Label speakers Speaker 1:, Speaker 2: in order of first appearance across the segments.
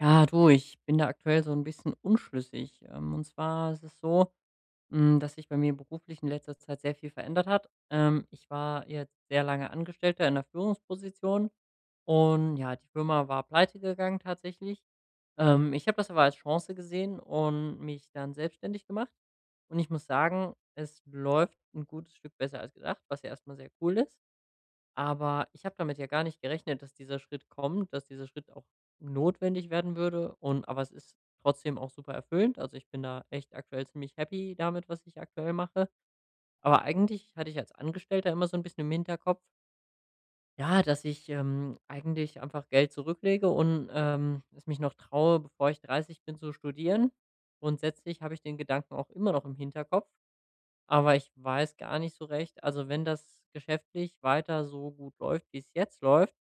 Speaker 1: Ja, du, ich bin da aktuell so ein bisschen unschlüssig. Und zwar ist es so, dass sich bei mir beruflich in letzter Zeit sehr viel verändert hat. Ich war jetzt sehr lange Angestellter in 'ner Führungsposition und ja, die Firma war pleite gegangen tatsächlich. Ich habe das aber als Chance gesehen und mich dann selbstständig gemacht. Und ich muss sagen, es läuft ein gutes Stück besser als gedacht, was ja erst sehr cool ist. Aber ich habe damit ja gar nicht gerechnet, dass dieser Schritt kommt, dass dieser Schritt auch notwendig werden würde, und aber es ist trotzdem auch super erfüllend. Also, ich bin da echt aktuell ziemlich happy damit, was ich aktuell mache. Aber eigentlich hatte ich als Angestellter immer so ein bisschen im Hinterkopf, ja, dass ich, eigentlich einfach Geld zurücklege und, es mich noch traue, bevor ich 30 bin, zu studieren. Grundsätzlich habe ich den Gedanken auch immer noch im Hinterkopf, aber ich weiß gar nicht so recht, also, wenn das geschäftlich weiter so gut läuft, wie es jetzt läuft,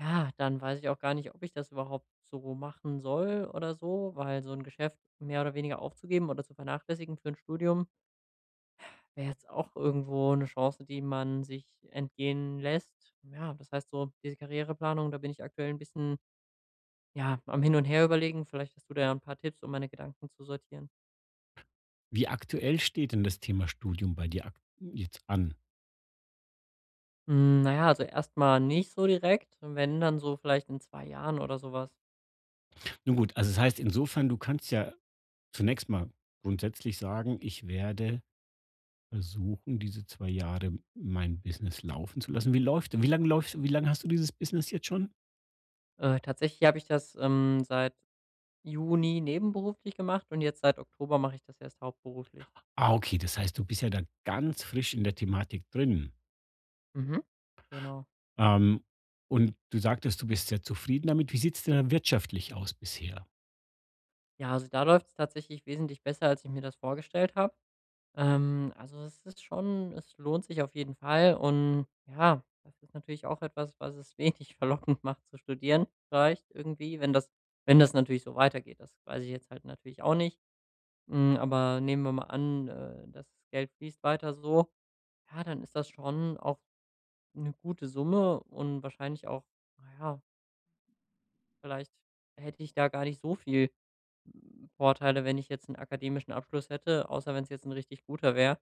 Speaker 1: ja, dann weiß ich auch gar nicht, ob ich das überhaupt so machen soll oder so, weil so ein Geschäft mehr oder weniger aufzugeben oder zu vernachlässigen für ein Studium wäre jetzt auch irgendwo eine Chance, die man sich entgehen lässt. Ja, das heißt so, diese Karriereplanung, da bin ich aktuell ein bisschen, ja, am Hin und Her überlegen. Vielleicht hast du da ja ein paar Tipps, um meine Gedanken zu sortieren.
Speaker 2: Wie aktuell steht denn das Thema Studium bei dir ak jetzt an?
Speaker 1: Na ja, also erstmal nicht so direkt, wenn dann so vielleicht in 2 Jahren oder sowas.
Speaker 2: Nun gut, also das heißt insofern, du kannst ja zunächst mal grundsätzlich sagen: „Ich werde versuchen, diese 2 Jahre mein Business laufen zu lassen.“ Wie läuft wie lange hast du dieses Business jetzt schon?
Speaker 1: Tatsächlich habe ich das, seit Juni nebenberuflich gemacht, und jetzt seit Oktober mache ich das erst hauptberuflich.
Speaker 2: Ah, okay, das heißt, du bist ja da ganz frisch in der Thematik drin.
Speaker 1: Mhm. Genau.
Speaker 2: Ähm, und du sagtest, du bist sehr zufrieden damit. Wie sieht es denn da wirtschaftlich aus bisher?
Speaker 1: Ja, also da läuft es tatsächlich wesentlich besser, als ich mir das vorgestellt habe. Also, es ist schon, es lohnt sich auf jeden Fall, und ja, das ist natürlich auch etwas, was es wenig verlockend macht zu studieren vielleicht irgendwie, wenn das wenn das natürlich so weitergeht. Das weiß ich jetzt halt natürlich auch nicht. Aber nehmen wir mal an, das Geld fließt weiter so, ja, dann ist das schon auch eine gute Summe und wahrscheinlich auch, na ja, vielleicht hätte ich da gar nicht so viel, Vorteile, wenn ich jetzt einen akademischen Abschluss hätte, außer wenn es jetzt ein richtig guter wäre.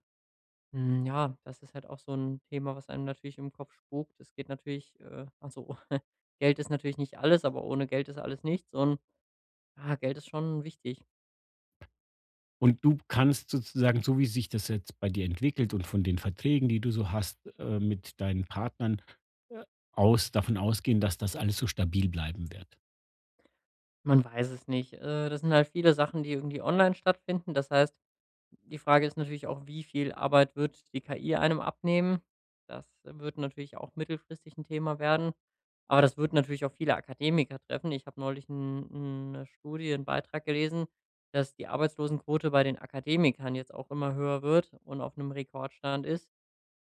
Speaker 1: Ja, das ist halt auch so ein Thema, was einem natürlich im Kopf spukt. Es geht natürlich, also, Geld ist natürlich nicht alles, aber ohne Geld ist alles nichts, und, ja, Geld ist schon wichtig.
Speaker 2: Und du kannst sozusagen, so wie sich das jetzt bei dir entwickelt und von den Verträgen, die du so hast, mit deinen Partnern, äh, aus davon ausgehen, dass das alles so stabil bleiben wird.
Speaker 1: Man weiß es nicht. Das sind halt viele Sachen, die irgendwie online stattfinden. Das heißt, die Frage ist natürlich auch, wie viel Arbeit wird die KI einem abnehmen? Das wird natürlich auch mittelfristig ein Thema werden, aber das wird natürlich auch viele Akademiker treffen. Ich habe neulich einen 'ne Studie 'n Beitrag gelesen, dass die Arbeitslosenquote bei den Akademikern jetzt auch immer höher wird und auf einem Rekordstand ist.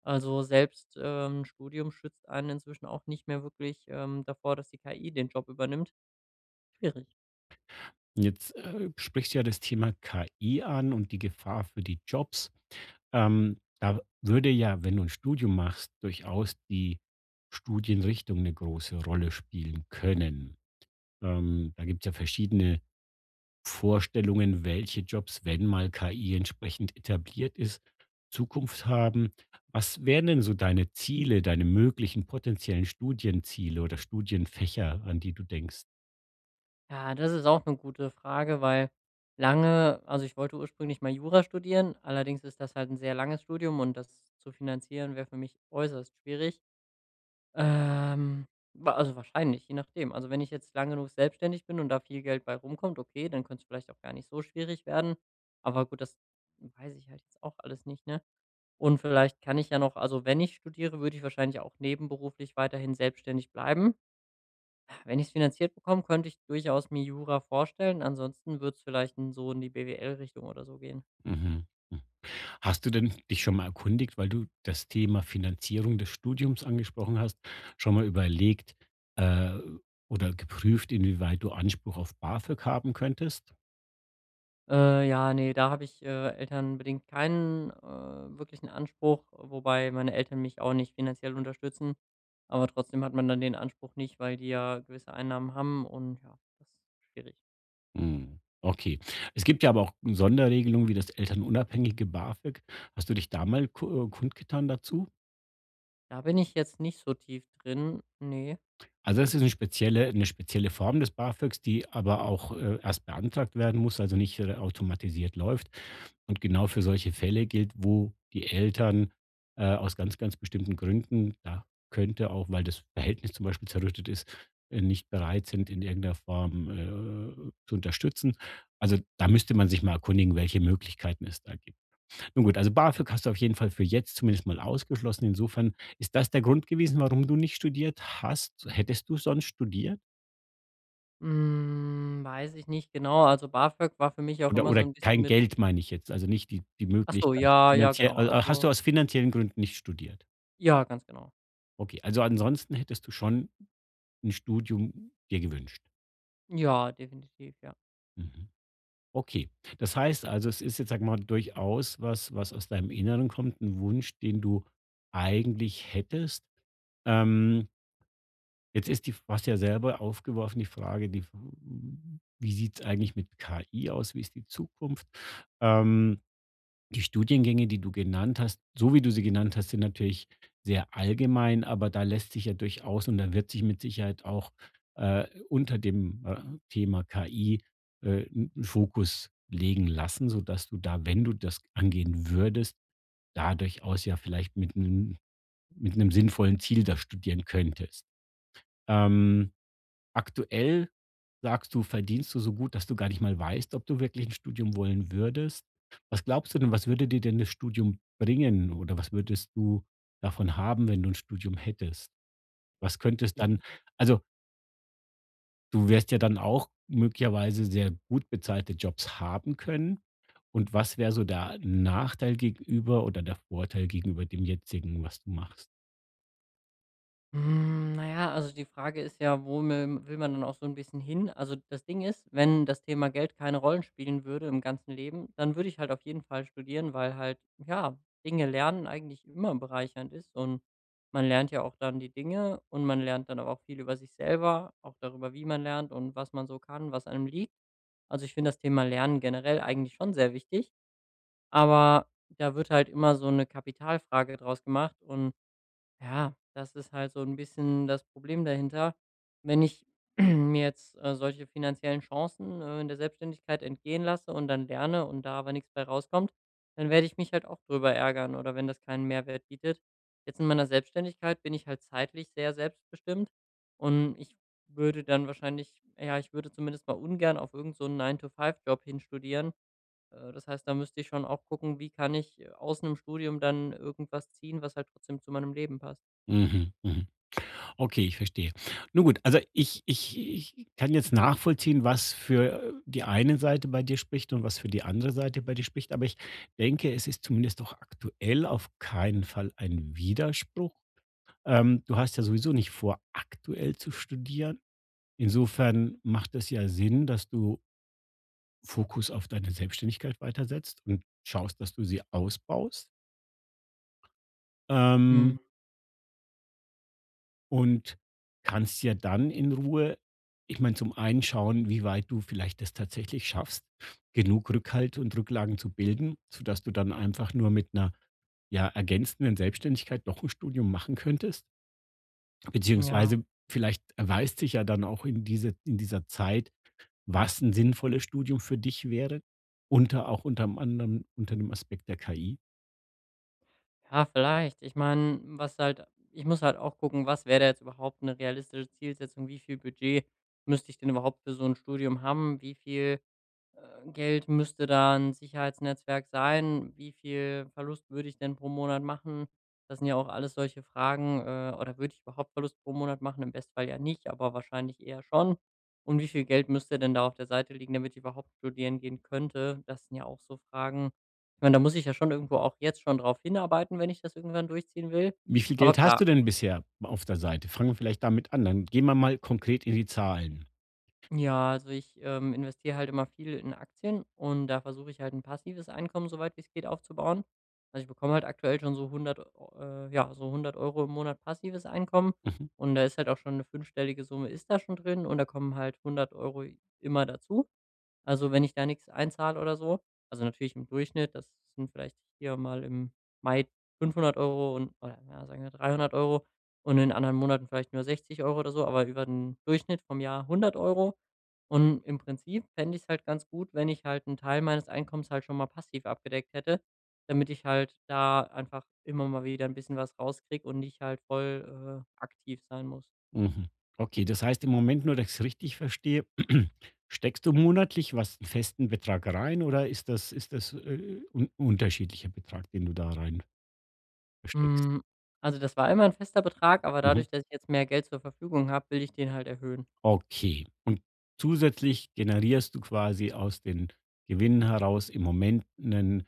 Speaker 1: Also, selbst, 'n Studium schützt einen inzwischen auch nicht mehr wirklich, davor, dass die KI den Job übernimmt. Schwierig.
Speaker 2: Jetzt sprichst du ja das Thema KI an und die Gefahr für die Jobs. Da würde ja, wenn du ein Studium machst, durchaus die Studienrichtung eine große Rolle spielen können. Da gibt es ja verschiedene Vorstellungen, welche Jobs, wenn mal KI entsprechend etabliert ist, Zukunft haben. Was wären denn so deine Ziele, deine möglichen potenziellen Studienziele oder Studienfächer, an die du denkst?
Speaker 1: Ja, das ist auch eine gute Frage, weil, lange, also, ich wollte ursprünglich mal Jura studieren, allerdings ist das halt ein sehr langes Studium und das zu finanzieren wäre für mich äußerst schwierig. Ähm, wa Also, wahrscheinlich, je nachdem. Also, wenn ich jetzt lang genug selbstständig bin und da viel Geld bei rumkommt, okay, dann könnte es vielleicht auch gar nicht so schwierig werden. Aber gut, das weiß ich halt jetzt auch alles nicht, ne? Und vielleicht kann ich ja noch, also, wenn ich studiere, würde ich wahrscheinlich auch nebenberuflich weiterhin selbstständig bleiben. Wenn ich's finanziert bekomme, könnte ich durchaus mir Jura vorstellen. Ansonsten wird's vielleicht in so in die BWL-Richtung oder so gehen.
Speaker 2: Mhm. Hm. Hast du denn dich schon mal erkundigt, weil du das Thema Finanzierung des Studiums angesprochen hast, schon mal überlegt, äh, oder geprüft, inwieweit du Anspruch auf BAföG haben könntest?
Speaker 1: Ja, nee, da habe ich, elternbedingt keinen, wirklichen Anspruch, wobei meine Eltern mich auch nicht finanziell unterstützen. Aber trotzdem hat man dann den Anspruch nicht, weil die ja gewisse Einnahmen haben, und ja, das ist schwierig.
Speaker 2: Hm, okay. Es gibt ja aber auch Sonderregelungen wie das elternunabhängige BAföG. Hast du dich da mal ku kundgetan dazu?
Speaker 1: Da bin ich jetzt nicht so tief drin. Ne.
Speaker 2: Also das ist eine spezielle Form des BAföGs, die aber auch, erst beantragt werden muss, also nicht, automatisiert läuft. Und genau für solche Fälle gilt, wo die Eltern, aus ganz, ganz bestimmten Gründen da könnte auch, weil das Verhältnis zum Beispiel zerrüttet ist, nicht bereit sind, in irgendeiner Form, zu unterstützen. Also, da müsste man sich mal erkundigen, welche Möglichkeiten es da gibt. Nun gut, also BAföG hast du auf jeden Fall für jetzt zumindest mal ausgeschlossen. Insofern ist das der Grund gewesen, warum du nicht studiert hast? Hättest du sonst studiert?
Speaker 1: Weiß ich nicht genau. Also, BAföG war für mich auch
Speaker 2: Oder
Speaker 1: immer so
Speaker 2: oder
Speaker 1: ein bisschen
Speaker 2: kein
Speaker 1: mit —
Speaker 2: Geld meine ich jetzt, also nicht die
Speaker 1: ach so,
Speaker 2: Möglichkeit
Speaker 1: ja, ja,
Speaker 2: finanziell
Speaker 1: genau.
Speaker 2: also, hast
Speaker 1: Also,
Speaker 2: du aus finanziellen Gründen nicht studiert?
Speaker 1: ja, ganz genau.
Speaker 2: Okay, also ansonsten hättest du schon ein Studium dir gewünscht.
Speaker 1: Ja, definitiv, ja.
Speaker 2: Mhm. Okay. Das heißt also, es ist jetzt, sag mal, durchaus was, was aus deinem Inneren kommt, ein Wunsch, den du eigentlich hättest. Ähm Jetzt ist die was ja selber aufgeworfen die Frage, wie sieht's eigentlich mit KI aus? Wie ist die Zukunft? Ähm, Die Studiengänge, die du genannt hast, so wie du sie genannt hast, sind natürlich sehr allgemein, aber da lässt sich ja durchaus und da wird sich mit Sicherheit auch, unter dem, Thema KI, 'n Fokus legen lassen, sodass du da, wenn du das angehen würdest, da durchaus ja vielleicht mit 'nem sinnvollen Ziel da studieren könntest. Ähm Aktuell sagst du, verdienst du so gut, dass du gar nicht mal weißt, ob du wirklich ein Studium wollen würdest. Was glaubst du denn, was würde dir denn das Studium bringen oder was würdest du davon haben, wenn du ein Studium hättest? Was könntest dann
Speaker 1: Ja.
Speaker 2: also, du wirst ja dann auch möglicherweise sehr gut bezahlte Jobs haben können. Und was wäre so der Nachteil gegenüber oder der Vorteil gegenüber dem jetzigen, was du machst?
Speaker 1: Na ja, also die Frage ist ja, wo mil will man dann auch so ein bisschen hin? Also, das Ding ist, wenn das Thema Geld keine Rollen spielen würde im ganzen Leben, dann würde ich halt auf jeden Fall studieren, weil halt, ja, Dinge lernen eigentlich immer bereichernd ist, und man lernt ja auch dann die Dinge, und man lernt dann aber auch viel über sich selber, auch darüber, wie man lernt und was man so kann, was einem liegt. Also, ich finde das Thema Lernen generell eigentlich schon sehr wichtig, aber da wird halt immer so eine Kapitalfrage draus gemacht, und ja, das ist halt so ein bisschen das Problem dahinter. Wenn ich mir jetzt, solche finanziellen Chancen, in der Selbstständigkeit entgehen lasse und dann lerne und da aber nichts bei rauskommt, dann werde ich mich halt auch drüber ärgern, oder wenn das keinen Mehrwert bietet. Jetzt in meiner Selbstständigkeit bin ich halt zeitlich sehr selbstbestimmt, und ich würde dann wahrscheinlich, ja, ich würde zumindest mal ungern auf irgend so einen nine to five Job hinstudieren. Das heißt, da müsste ich schon auch gucken, wie kann ich, aus 'nem Studium dann irgendwas ziehen, was halt trotzdem zu meinem Leben passt.
Speaker 2: Mhm, mhm. Okay, ich verstehe. Nun gut, also ich kann jetzt nachvollziehen, was für die eine Seite bei dir spricht und was für die andere Seite bei dir spricht, aber ich denke, es ist zumindest doch aktuell auf keinen Fall ein Widerspruch. Du hast ja sowieso nicht vor, aktuell zu studieren. Insofern macht es ja Sinn, dass du Fokus auf deine Selbstständigkeit weitersetzt und schaust, dass du sie ausbaust.
Speaker 1: Mhm.
Speaker 2: Ähm Und kannst ja dann in Ruhe ich meine, zum einen schauen, wie weit du vielleicht das tatsächlich schaffst, genug Rückhalt und Rücklagen zu bilden, sodass du dann einfach nur mit einer ja, ergänzenden Selbstständigkeit noch ein Studium machen könntest.
Speaker 1: Ja.
Speaker 2: Beziehungsweise vielleicht erweist sich ja dann auch in dieser Zeit, was ein sinnvolles Studium für dich wäre, unter anderem unter dem Aspekt der KI.
Speaker 1: Ja, vielleicht. Ich meine, was halt, ich muss halt auch gucken, was wäre da jetzt überhaupt eine realistische Zielsetzung? Wie viel Budget müsste ich denn überhaupt für so ein Studium haben? Wie viel, Geld müsste da ein Sicherheitsnetzwerk sein? Wie viel Verlust würde ich denn pro Monat machen? Das sind ja auch alles solche Fragen, oder würde ich überhaupt Verlust pro Monat machen? Im Bestfall ja nicht, aber wahrscheinlich eher schon. Und wie viel Geld müsste denn da auf der Seite liegen, damit ich überhaupt studieren gehen könnte? Das sind ja auch so Fragen. Ich meine, da muss ich ja schon irgendwo auch jetzt schon drauf hinarbeiten, wenn ich das irgendwann durchziehen will.
Speaker 2: Wie viel
Speaker 1: Aber
Speaker 2: Geld hast
Speaker 1: klar,
Speaker 2: du denn bisher auf der Seite? Fangen wir vielleicht damit an, dann gehen wir mal konkret in die Zahlen.
Speaker 1: ja, also ich, investiere halt immer viel in Aktien, und da versuche ich halt ein passives Einkommen, soweit wie es geht, aufzubauen. Also, ich bekomme halt aktuell schon so 100 Eu ja, so 100 Euro im Monat passives Einkommen,
Speaker 2: Mhm.
Speaker 1: und da ist halt auch schon eine fünfstellige Summe, ist da schon drin, und da kommen halt 100 Euro immer dazu. Also, wenn ich da nichts einzahle oder so, also, natürlich im Durchschnitt, das sind vielleicht hier mal im Mai 500 Euro und oder, ja, sagen wir 300 Euro, und in anderen Monaten vielleicht nur 60 Euro oder so, aber über den Durchschnitt vom Jahr 100 Euro. Und im Prinzip fände ich es halt ganz gut, wenn ich halt einen Teil meines Einkommens halt schon mal passiv abgedeckt hätte, damit ich halt da einfach immer mal wieder ein bisschen was rauskriege und nicht halt voll, aktiv sein muss, so.
Speaker 2: Mhm. Okay, das heißt im Moment nur, dass ich es richtig verstehe, steckst du monatlich was einen festen Betrag rein oder ist das, un unterschiedlicher Betrag, den du da rein steckst?
Speaker 1: Hm, also, das war immer ein fester Betrag, aber
Speaker 2: Mhm.
Speaker 1: dadurch, dass ich jetzt mehr Geld zur Verfügung habe, will ich den halt erhöhen.
Speaker 2: Okay. Und zusätzlich generierst du quasi aus den Gewinnen heraus im Moment 'nen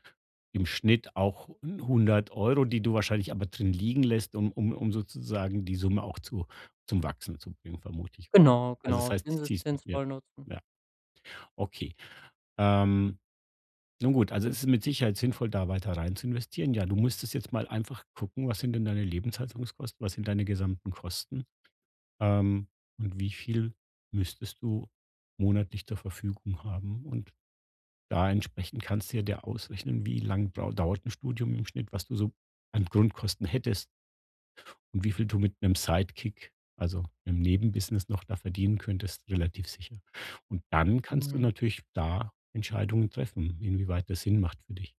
Speaker 2: im Schnitt auch 100 Euro, die du wahrscheinlich aber drin liegen lässt, um sozusagen die Summe auch zu zum Wachsen zu bringen, vermute ich, ja?
Speaker 1: Genau,
Speaker 2: Also, das
Speaker 1: genau,
Speaker 2: heißt, das ziehst du
Speaker 1: Zinseszins
Speaker 2: ja,
Speaker 1: voll nutzen.
Speaker 2: ja, okay. Ähm Nun gut, also es ist mit Sicherheit sinnvoll, da weiter rein zu investieren. Ja, du müsstest jetzt mal einfach gucken, was sind denn deine Lebenshaltungskosten, was sind deine gesamten Kosten ähm, und wie viel müsstest du monatlich zur Verfügung haben. Und da entsprechend kannst du ja dir ausrechnen, wie dauert ein Studium im Schnitt, was du so an Grundkosten hättest und wie viel du mit einem Sidekick, also einem Nebenbusiness noch da verdienen könntest, relativ sicher. Und dann kannst du
Speaker 1: Mhm.
Speaker 2: natürlich da Entscheidungen treffen, inwieweit das Sinn macht für dich.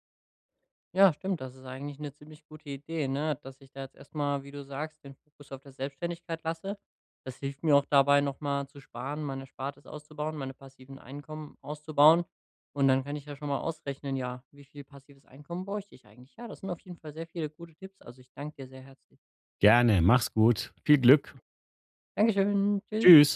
Speaker 1: Ja, stimmt, das ist eigentlich eine ziemlich gute Idee, ne, dass ich da jetzt erst mal, wie du sagst, den Fokus auf der Selbstständigkeit lasse. Das hilft mir auch dabei, noch mal zu sparen, meine Erspartes auszubauen, meine passiven Einkommen auszubauen. Und dann kann ich ja schon mal ausrechnen, ja, wie viel passives Einkommen bräuchte ich eigentlich? Ja, das sind auf jeden Fall sehr viele gute Tipps. Also, ich danke dir sehr herzlich.
Speaker 2: Gerne, mach's gut. Viel Glück.
Speaker 1: Dankeschön. Tschüss.
Speaker 2: Tschüss.